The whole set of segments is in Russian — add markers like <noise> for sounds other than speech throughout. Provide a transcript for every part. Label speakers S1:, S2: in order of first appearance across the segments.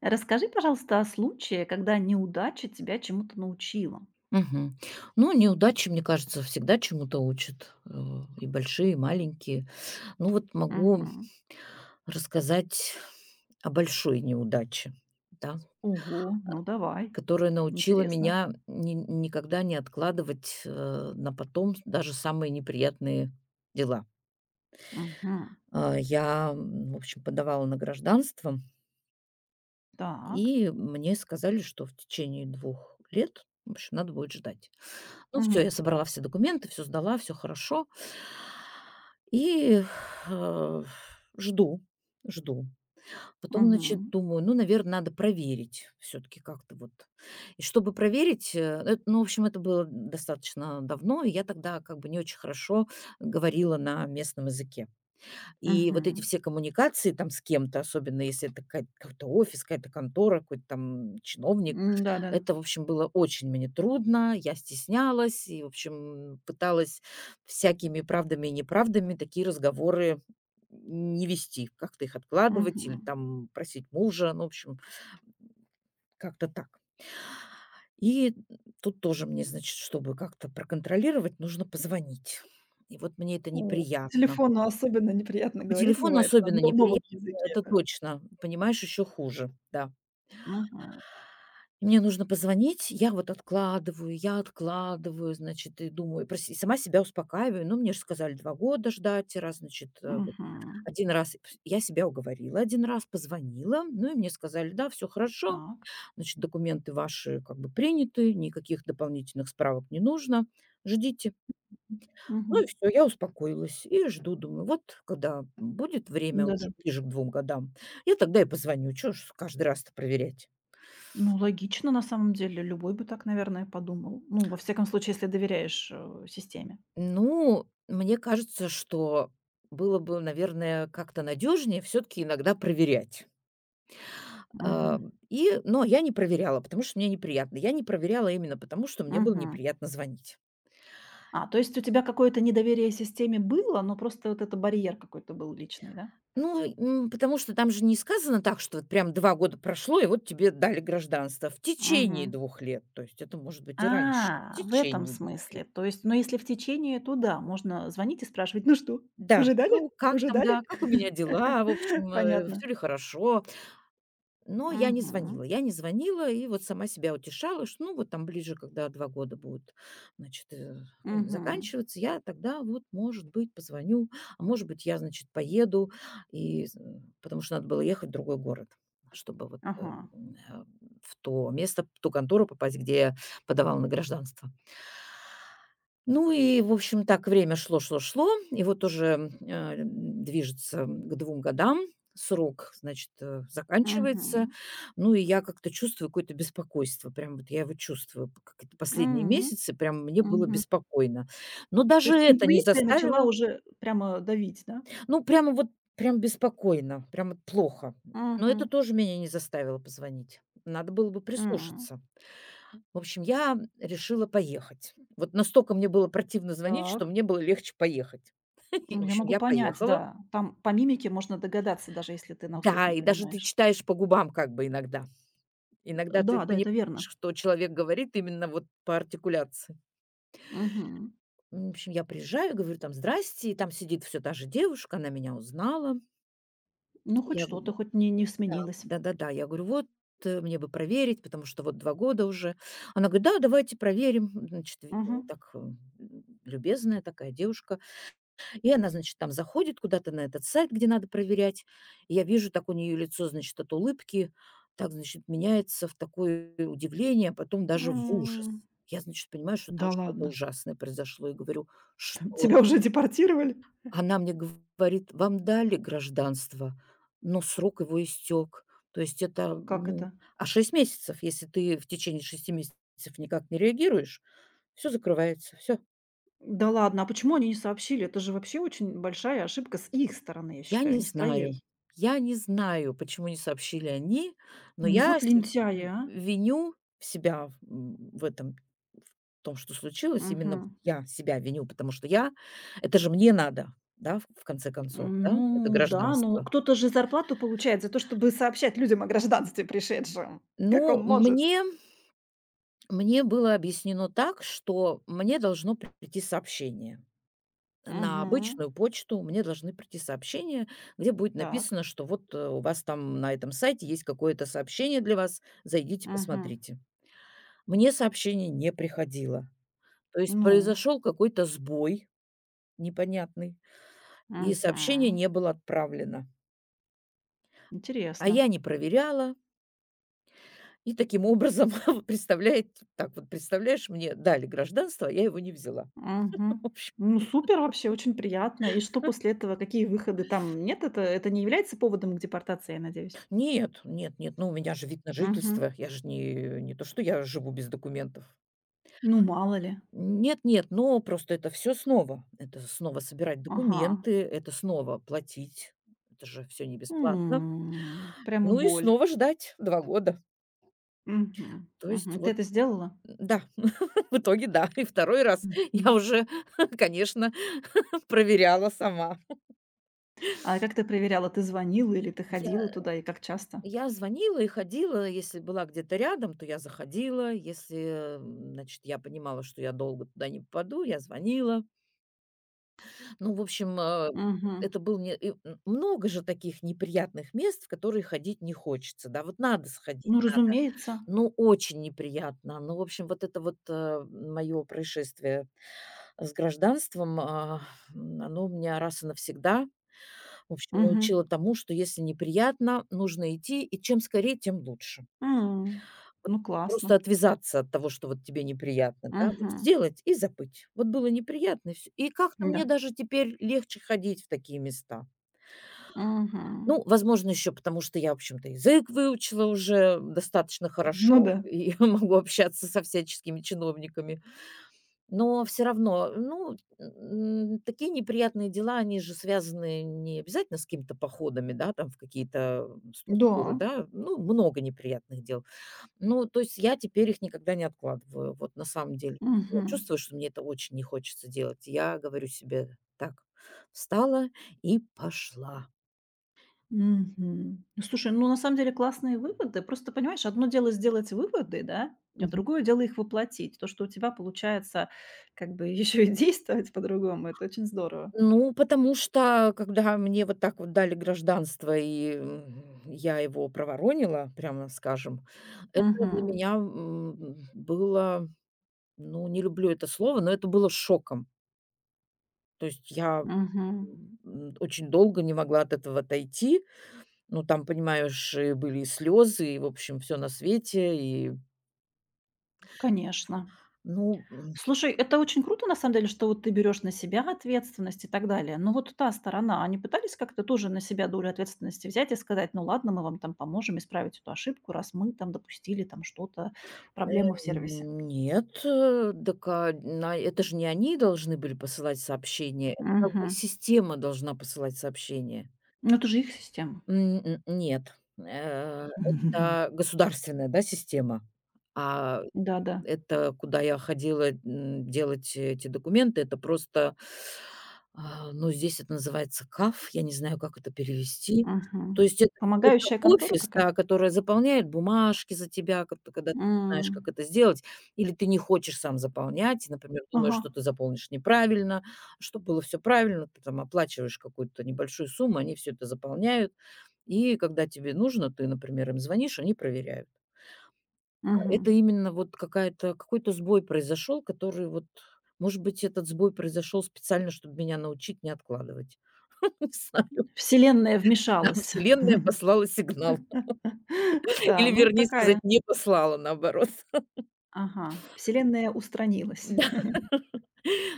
S1: Расскажи, пожалуйста, о случае, когда неудача тебя чему-то научила.
S2: Мгм. Ну, неудачи, мне кажется, всегда чему-то учат, и большие, и маленькие. Ну, вот могу
S1: Мгм.
S2: рассказать о большой неудаче, да,
S1: Ого, ну давай.
S2: которая научила
S1: Интересно.
S2: меня ни никогда не откладывать, на потом даже самые неприятные дела.
S1: Мгм.
S2: В общем, подавала на гражданство,
S1: Так.
S2: и мне сказали, что в течение 2 лет, в общем, надо будет ждать. Ну все, я
S1: Мгм.
S2: собрала все документы, все сдала, все хорошо. И, э, Жду, жду. Потом, значит,
S1: Мгм.
S2: думаю, ну, наверное, надо проверить все таки как-то вот. И чтобы проверить, э, эт ну, в общем, это было достаточно давно, и я тогда как бы не очень хорошо говорила на местном языке. И вот эти
S1: Мгм.
S2: все коммуникации там с кем-то, особенно если это какая какой-то офис, какая-то контора, какой-то там чиновник.
S1: М, да-да.
S2: Это, в общем, было очень мне трудно, я стеснялась и, в общем, пыталась всякими правдами и неправдами такие разговоры не вести, как-то их откладывать или
S1: Мгм.
S2: там просить мужа, ну, в общем, как-то так. И тут тоже мне, значит, чтобы как-то проконтролировать, нужно позвонить. И вот мне это
S1: О, по
S2: неприятно.
S1: телефону особенно неприятно
S2: А по
S1: говорить
S2: телефону
S1: бывает на
S2: особенно неприятно,
S1: новом языке,
S2: это
S1: да.
S2: точно. Понимаешь, еще хуже, да.
S1: Мгм.
S2: И мне нужно позвонить, я вот откладываю, я откладываю, значит, и думаю, про се сама себя успокаиваю. Ну, мне же сказали 2 года ждать, раз, значит, вот
S1: Мгм.
S2: 1 раз пс я себя уговорила, один раз позвонила, ну и мне сказали: "Да, все хорошо,
S1: Так.
S2: значит, документы ваши как бы приняты, никаких дополнительных справок не нужно, ждите". Ну и
S1: Мгм.
S2: все, я успокоилась и жду, думаю, вот когда будет время
S1: Да-да.
S2: уже ближе к 2 годам, я тогда и позвоню, чё ж каждый раз-то проверять.
S1: Ну, логично, на самом деле. Любой бы так, наверное, подумал. Ну, во всяком случае, если доверяешь, системе.
S2: Ну, мне кажется, что было бы, наверное, как-то надежнее все таки иногда проверять. А,
S1: Мгм.
S2: но я не проверяла, потому что мне неприятно. Я не проверяла именно потому, что мне было
S1: Мгм.
S2: неприятно звонить.
S1: А, то есть у тебя какое-то недоверие системе было, но просто вот это барьер какой-то был личный, да?
S2: Ну, потому что там же не сказано так, что вот прям 2 года прошло, и вот тебе дали гражданство. В течение
S1: Мгм.
S2: 2 лет, то есть это может быть и раньше. В
S1: А, в этом
S2: течение 2 лет.
S1: смысле. То есть, ну, если в течение, то да, можно звонить и спрашивать: "Ну что,
S2: Да,
S1: уже дали?
S2: ну, как
S1: Уже
S2: там,
S1: дали?"
S2: да, как у меня дела, в
S1: <laughs>
S2: общем,
S1: Понятно.
S2: все ли хорошо. Но я не
S1: Мгм.
S2: звонила. Я не звонила и вот сама себя утешала, что, ну, вот там ближе, когда 2 года будут, значит,
S1: Мгм.
S2: заканчиваться, я тогда вот, может быть, позвоню, а может быть, я, значит, поеду, и, з потому что надо было ехать в другой город, чтобы вот,
S1: Ага.
S2: м, э, в то место, в ту контору попасть, где я подавала на гражданство. Ну и, в общем, так время шло, шло, шло. И вот уже, движется к 2 годам, срок, значит, заканчивается.
S1: Мгм.
S2: Ну и я как-то чувствую какое-то беспокойство. Прям вот я его чувствую п как это последние
S1: М.
S2: месяцы. Прям мне было
S1: Мгм.
S2: беспокойно. Но
S1: То
S2: даже
S1: есть
S2: это не
S1: интуиция начала
S2: заставило
S1: уже прямо давить, да?
S2: ну, прямо вот прям беспокойно, прям вот плохо. Но это
S1: Угу.
S2: тоже меня не заставило позвонить. Надо было бы прислушаться. В общем, я решила поехать. Вот настолько мне было противно звонить, что
S1: Так.
S2: мне было легче поехать. <laughs> И,
S1: Ну,
S2: в
S1: я
S2: общем,
S1: могу
S2: я
S1: понять,
S2: поехала.
S1: да. Там по мимике можно догадаться, даже если ты на услух
S2: Да,
S1: не
S2: и даже ты
S1: понимаешь.
S2: читаешь по губам как бы иногда. Иногда ты
S1: Да, да,
S2: понимаешь,
S1: это верно.
S2: что человек говорит именно вот по артикуляции.
S1: Мгм.
S2: В общем, я приезжаю, говорю там «здрасте», и там сидит все та же девушка, она меня узнала.
S1: Ну, хоть
S2: Я
S1: что-то,
S2: говорю:
S1: хоть не
S2: "Да,
S1: сменилось.
S2: да-да-да". Я говорю: "Вот, мне бы проверить, потому что вот 2 года уже". Она говорит: "Да, давайте проверим". Значит, ви
S1: Мгм.
S2: Так, любезная такая девушка. И она, значит, там заходит куда-то на этот сайт, где надо проверять. И я вижу, так у нее лицо, значит, от улыбки, так, значит, меняется в такое удивление, а потом даже в ужас.
S1: М,
S2: Я, значит, понимаю, что там
S1: да
S2: что-то
S1: ладно.
S2: ужасное произошло, и говорю:
S1: <laughs>
S2: "Что?"
S1: Тебя уже депортировали?
S2: Она мне говорит: "Вам дали гражданство, но срок его истек". То есть это,
S1: Как
S2: ну,
S1: это?
S2: 6 месяцев, если ты в течение 6 месяцев никак не реагируешь, все закрывается, все.
S1: Да ладно, а почему они не сообщили? Это же вообще очень большая ошибка с их стороны, я
S2: Я
S1: считаю, а
S2: не
S1: не с
S2: знаю.
S1: твоей.
S2: Я не знаю, почему не сообщили они, но
S1: Ну вот
S2: я се
S1: лентяи,
S2: в
S1: а.
S2: виню себя в этом, в том, что случилось. Именно вот
S1: Мгм.
S2: я себя виню, потому что я это же мне надо, да, в конце концов, да, это
S1: Ну да, но
S2: гражданство.
S1: кто-то же зарплату получает за то, чтобы сообщать людям о гражданстве пришедшим. Как он
S2: Ну,
S1: может?
S2: мне мне было объяснено так, что мне должно прийти сообщение. На
S1: Мгм.
S2: обычную почту мне должны прийти сообщения, где будет
S1: Так.
S2: написано, что вот, у вас там на этом сайте есть какое-то сообщение для вас, зайдите,
S1: Мгм.
S2: посмотрите. Мне сообщение не приходило. То есть
S1: Ну.
S2: произошел какой-то сбой непонятный, и сообщение
S1: Мгм.
S2: не было отправлено. А
S1: Интересно.
S2: я не проверяла, и таким образом, <laughs> представляет так вот, представляешь, мне дали гражданство, а я его не взяла.
S1: Мгм. Ну, супер вообще, очень приятно. И что после этого? Какие выходы там? Нет, это не является поводом к депортации, я надеюсь?
S2: Нет, нет, нет, ну, у меня же вид на жительство,
S1: Мгм.
S2: я же не то, что я живу без документов.
S1: Ну, мало ли.
S2: Нет-нет, но просто это все снова. Это снова собирать
S1: Ага.
S2: документы, это снова платить. Это же все не бесплатно.
S1: М. Прямо
S2: Ну и
S1: боль.
S2: снова ждать 2 года.
S1: Мгм.
S2: То есть
S1: Мгм. Ты
S2: вот,
S1: это сделала?
S2: да, <laughs> в итоге да. И второй раз я
S1: Мгм.
S2: уже, <laughs> конечно, проверяла сама.
S1: А как ты проверяла, ты звонила или ты
S2: Я
S1: ходила туда и как часто?
S2: я звонила и ходила. Если была где-то рядом, то я заходила. Если, значит, я понимала, что я долго туда не попаду, я звонила. Ну, в общем, э,
S1: Мгм.
S2: это был не и м много же таких неприятных мест, в которые ходить не хочется. Да, вот надо сходить,
S1: Ну,
S2: надо,
S1: разумеется.
S2: но очень неприятно. Ну, в общем, вот это вот, мое происшествие с гражданством, оно у меня раз и навсегда, в общем, научило
S1: Мгм.
S2: тому, что если неприятно, нужно идти, и чем скорее, тем лучше.
S1: М.
S2: Вот
S1: Ну,
S2: просто
S1: классно.
S2: отвязаться от того, что вот тебе неприятно, да, вот
S1: Мгм.
S2: сделать и забыть. Вот было неприятно, и всё. И как-то мне
S1: Да.
S2: даже теперь легче ходить в такие места.
S1: Мгм.
S2: Ну, возможно, еще потому, что я, в общем-то, язык выучила уже достаточно
S1: Ну
S2: хорошо
S1: да.
S2: и <laughs> могу общаться со всяческими чиновниками. Но все равно, такие неприятные дела, они же связаны не обязательно с какими-то походами, да, там в какие-то структуры,
S1: Да.
S2: да, ну, много неприятных дел. Ну, то есть я теперь их никогда не откладываю. Вот на самом деле. Я
S1: Мгм.
S2: чувствую, что мне это очень не хочется делать. Я говорю себе так: "Встала и пошла".
S1: Мгм. Ну, слушай, ну, на самом деле классные выводы. Просто, понимаешь, одно дело сделать выводы, да, а
S2: Мгм.
S1: другое дело их воплотить. То, что у тебя получается как бы <laughs> еще и действовать по-другому, это очень здорово.
S2: Ну, потому что, когда мне вот так вот дали гражданство, я его проворонила, прямо скажем, это для
S1: Мгм.
S2: меня, было, ну, не люблю это слово, но это было шоком. То есть я,
S1: Мгм.
S2: очень долго не могла от этого отойти. Ну, там, понимаешь, и были и слезы, и, в общем, все на свете, и
S1: Конечно.
S2: Ну, м,
S1: Слушай, это очень круто, на самом деле, что вот ты берешь на себя ответственность и так далее. Но вот та сторона, они пытались как-то тоже на себя долю ответственности взять и сказать, ну ладно, мы вам там поможем исправить эту ошибку, раз мы там допустили там что-то,
S2: э,
S1: проблему в сервисе.
S2: нет, э, дак, а, на это же не они должны были посылать сообщения, это как бы
S1: Мгм.
S2: система должна посылать сообщения.
S1: Ну это же их система.
S2: М, н Нет, это
S1: <laughs>
S2: государственная, да, система. А
S1: Да-да.
S2: Это куда я ходила, делать эти документы. Это просто, ну, здесь это называется КАФ, я не знаю, как это перевести. То
S1: Мгм.
S2: есть это какой-то
S1: Помогающая контора
S2: офис, да,
S1: какая-то?
S2: который заполняет бумажки за тебя, ко когда ты не знаешь, как
S1: М.
S2: это сделать, или ты не хочешь сам заполнять, и, например, думаешь,
S1: Ага.
S2: что ты заполнишь неправильно. Чтобы было все правильно, ты там оплачиваешь какую-то небольшую сумму, они все это заполняют. И когда тебе нужно, ты, например, им звонишь, они проверяют. Это
S1: Мгм.
S2: именно вот какая-то какой-то сбой произошел, который вот может быть, этот сбой произошел специально, чтобы меня научить не откладывать. <laughs> Не знаю,
S1: Вселенная
S2: да,
S1: вмешалась.
S2: вселенная послала сигнал.
S1: <laughs>
S2: <laughs>
S1: Да,
S2: Или,
S1: ну
S2: вернее сказать,
S1: такая.
S2: не послала, наоборот. <laughs>
S1: Ага. Вселенная устранилась.
S2: Да.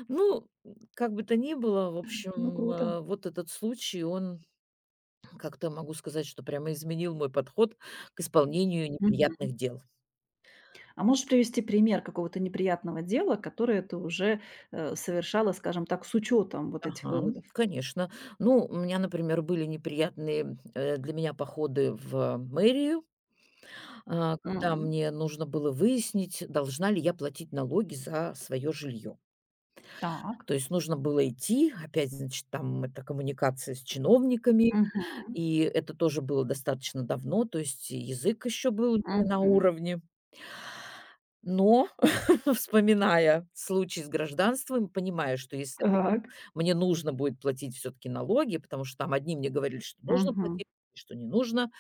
S2: Ну, как бы то ни было, в
S1: <laughs> Ну
S2: общем,
S1: круто.
S2: вот этот случай, он как-то могу сказать, что прямо изменил мой подход к исполнению
S1: Мгм.
S2: неприятных дел.
S1: А можешь привести пример какого-то неприятного дела, которое ты уже, совершала, скажем так, с учетом вот этих
S2: Ага,
S1: выводов?
S2: конечно. Ну, у меня, например, были неприятные, для меня походы в мэрию. А, когда
S1: М.
S2: мне нужно было выяснить, должна ли я платить налоги за свое жилье.
S1: Так.
S2: То есть нужно было идти, опять, значит, там это коммуникация с чиновниками,
S1: Мгм.
S2: и это тоже было достаточно давно, то есть язык еще был не на
S1: Мгм.
S2: уровне. Но, <laughs> вспоминая случай с гражданством, понимаю, что если вдруг
S1: Так.
S2: мне нужно будет платить все-таки налоги, потому что там одни мне говорили, что нужно
S1: Мгм.
S2: платить, что не нужно,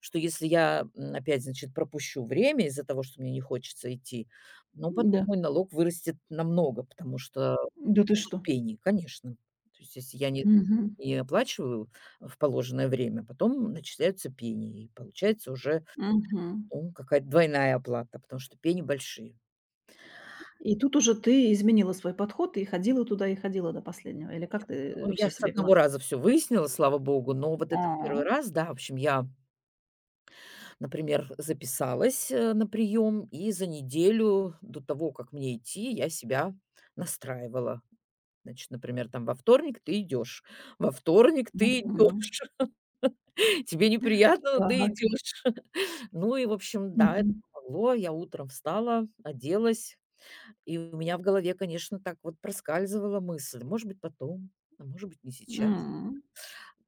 S2: что если я, опять, значит, пропущу время из-за того, что мне не хочется идти, ну, потом
S1: Да.
S2: мой налог вырастет намного, потому что
S1: Да ты
S2: будут
S1: что?
S2: пени, конечно. То есть если я не
S1: Мгм.
S2: не оплачиваю в положенное время, потом начисляются пени, и получается уже,
S1: Мгм.
S2: ну, какая-то двойная оплата, потому что пени большие.
S1: И тут уже ты изменила свой подход и ходила туда, и ходила до последнего? Или как ты,
S2: Ну, я
S1: вообще
S2: с
S1: себя вела?
S2: одного раза все выяснила, слава богу, но вот этот
S1: А.
S2: первый раз, да, в общем, я. Например, записалась, на прием, и за неделю до того, как мне идти, я себя настраивала. Значит, например, там: во вторник ты идешь, во вторник ты
S1: Мгм.
S2: идешь, <laughs> тебе неприятно, но ты
S1: Так.
S2: идешь. Ну и, в общем, да, это
S1: Мгм.
S2: помогло. Я утром встала, оделась, и у меня в голове, конечно, так вот проскальзывала мысль: может быть, потом, а может быть, не сейчас.
S1: М.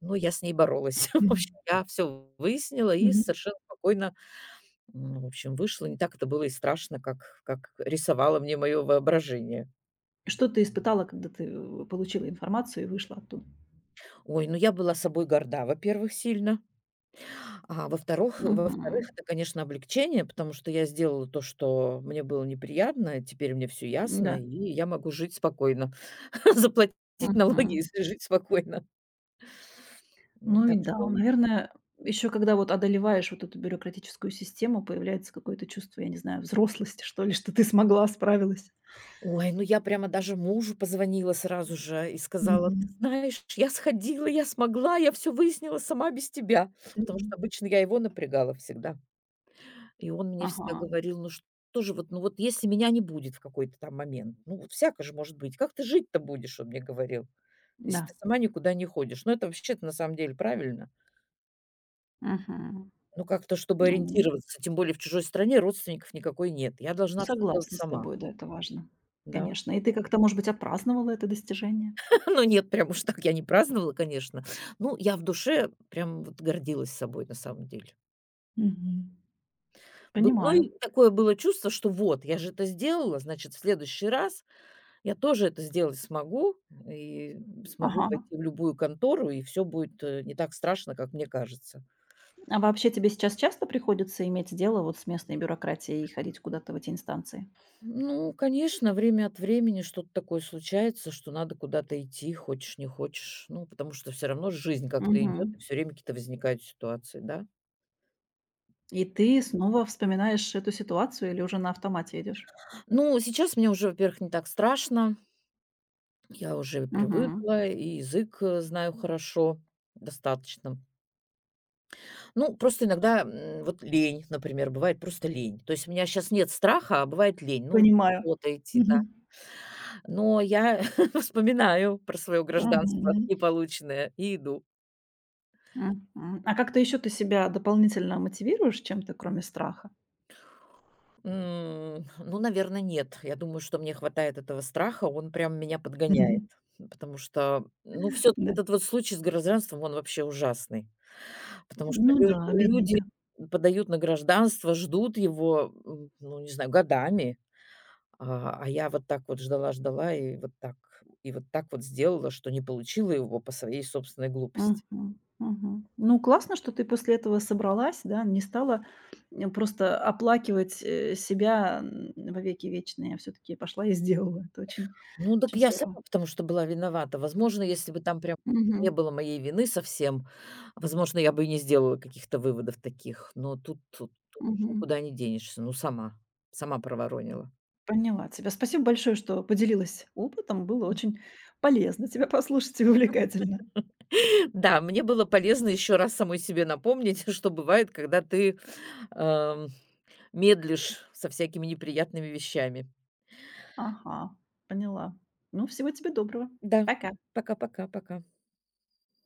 S2: Но я с ней боролась. <laughs> В общем,
S1: Мгм.
S2: я все выяснила и
S1: Мгм.
S2: совершенно спокойно. Ну, в общем, вышло. Не так это было и страшно, как рисовало мне мое воображение.
S1: Что ты испытала, когда ты, получила информацию и вышла оттуда?
S2: Ой, ну, я была собой горда, во-первых, сильно. Во-вторых, <laughs> во-вторых,
S1: Мгм.
S2: это, конечно, облегчение, потому что я сделала то, что мне было неприятно. Теперь мне все ясно,
S1: Да.
S2: и я могу жить спокойно, <laughs> заплатить налоги
S1: Мгм.
S2: и жить спокойно.
S1: Ну и
S2: Так
S1: да,
S2: что.
S1: наверное, еще когда вот одолеваешь вот эту бюрократическую систему, появляется какое-то чувство, я не знаю, взрослости, что ли, что ты смогла, справилась.
S2: Ой, ну я прямо даже мужу позвонила сразу же и сказала: "Ты
S1: Мгм.
S2: знаешь, я сходила, я смогла, я все выяснила сама без тебя". Потому что
S1: Мгм.
S2: обычно я его напрягала всегда. И он мне всегда
S1: Ага.
S2: говорил: "Ну что же вот, ну вот если меня не будет в какой-то там момент, ну вот всяко же может быть, как ты жить-то будешь?" Он мне говорил. "Если ты
S1: Да.
S2: сама никуда не ходишь". Ну это вообще-то на самом деле правильно.
S1: Мгм.
S2: Ну как-то чтобы
S1: Ну,
S2: ориентироваться, тем более в чужой стране родственников никакой нет. Я должна все делать
S1: согласна с
S2: сама.
S1: тобой, да, это важно,
S2: Да.
S1: конечно. И ты как-то, может быть, отпраздновала это достижение?
S2: Ну нет, прям уж так я не праздновала, конечно. Ну, я в душе прям вот гордилась собой на самом деле.
S1: Мгм.
S2: Был ну
S1: Понимаю.
S2: и такое было чувство, что вот, я же это сделала, значит, в следующий раз я тоже это сделать смогу и смогу
S1: Ага.
S2: пойти в любую контору, и все будет, не так страшно, как мне кажется.
S1: А вообще тебе сейчас часто приходится иметь дело вот с местной бюрократией и ходить куда-то в эти инстанции?
S2: Ну, конечно, время от времени что-то такое случается, что надо куда-то идти, хочешь не хочешь. Ну, потому что все равно жизнь как-то идет,
S1: Мгм.
S2: и всё время какие-то возникают ситуации, да.
S1: И ты снова вспоминаешь эту ситуацию или уже на автомате идешь?
S2: Ну, сейчас мне уже, во-первых, не так страшно. Я уже
S1: Мгм.
S2: привыкла, и язык, знаю хорошо, достаточно. Ну, просто иногда, вот лень, например, бывает просто лень. То есть у меня сейчас нет страха, а бывает лень. Ну, вот
S1: Понимаю.
S2: неохота идти, да.
S1: Мгм.
S2: Но я <laughs> вспоминаю про свое гражданство
S1: Мгм.
S2: неполученное и иду.
S1: Мгм. А как-то еще ты себя дополнительно мотивируешь чем-то, кроме страха?
S2: Ну, наверное, нет. Я думаю, что мне хватает этого страха, он прям меня подгоняет.
S1: <laughs>
S2: Потому что, ну, все таки
S1: Да.
S2: этот вот случай с гражданством, он вообще ужасный. Потому что
S1: Ну
S2: лю
S1: да,
S2: люди
S1: обидненько.
S2: подают на гражданство, ждут его, ну, не знаю, годами. А я вот так вот ждала, ждала и вот так вот сделала, что не получила его по своей собственной глупости.
S1: Мгм. Мгм. Ну, классно, что ты после этого собралась, да, не стала, просто оплакивать, себя, во веки вечные, а все таки пошла и сделала. Это очень
S2: Ну, так
S1: очень
S2: я
S1: здорово.
S2: сама, потому что была виновата. Возможно, если бы там прям не
S1: Мгм.
S2: было моей вины совсем, возможно, я бы и не сделала каких-то выводов таких. Но тут уж
S1: Мгм.
S2: никуда не денешься. Ну, сама проворонила.
S1: Поняла тебя. Спасибо большое, что поделилась опытом. Было очень полезно тебя послушать и увлекательно.
S2: Да, мне было полезно еще раз самой себе напомнить, <laughs> что бывает, когда ты, эм, медлишь со всякими неприятными вещами.
S1: Ага, поняла. Ну, всего тебе доброго.
S2: Да.
S1: Пока.
S2: Пока-пока-пока.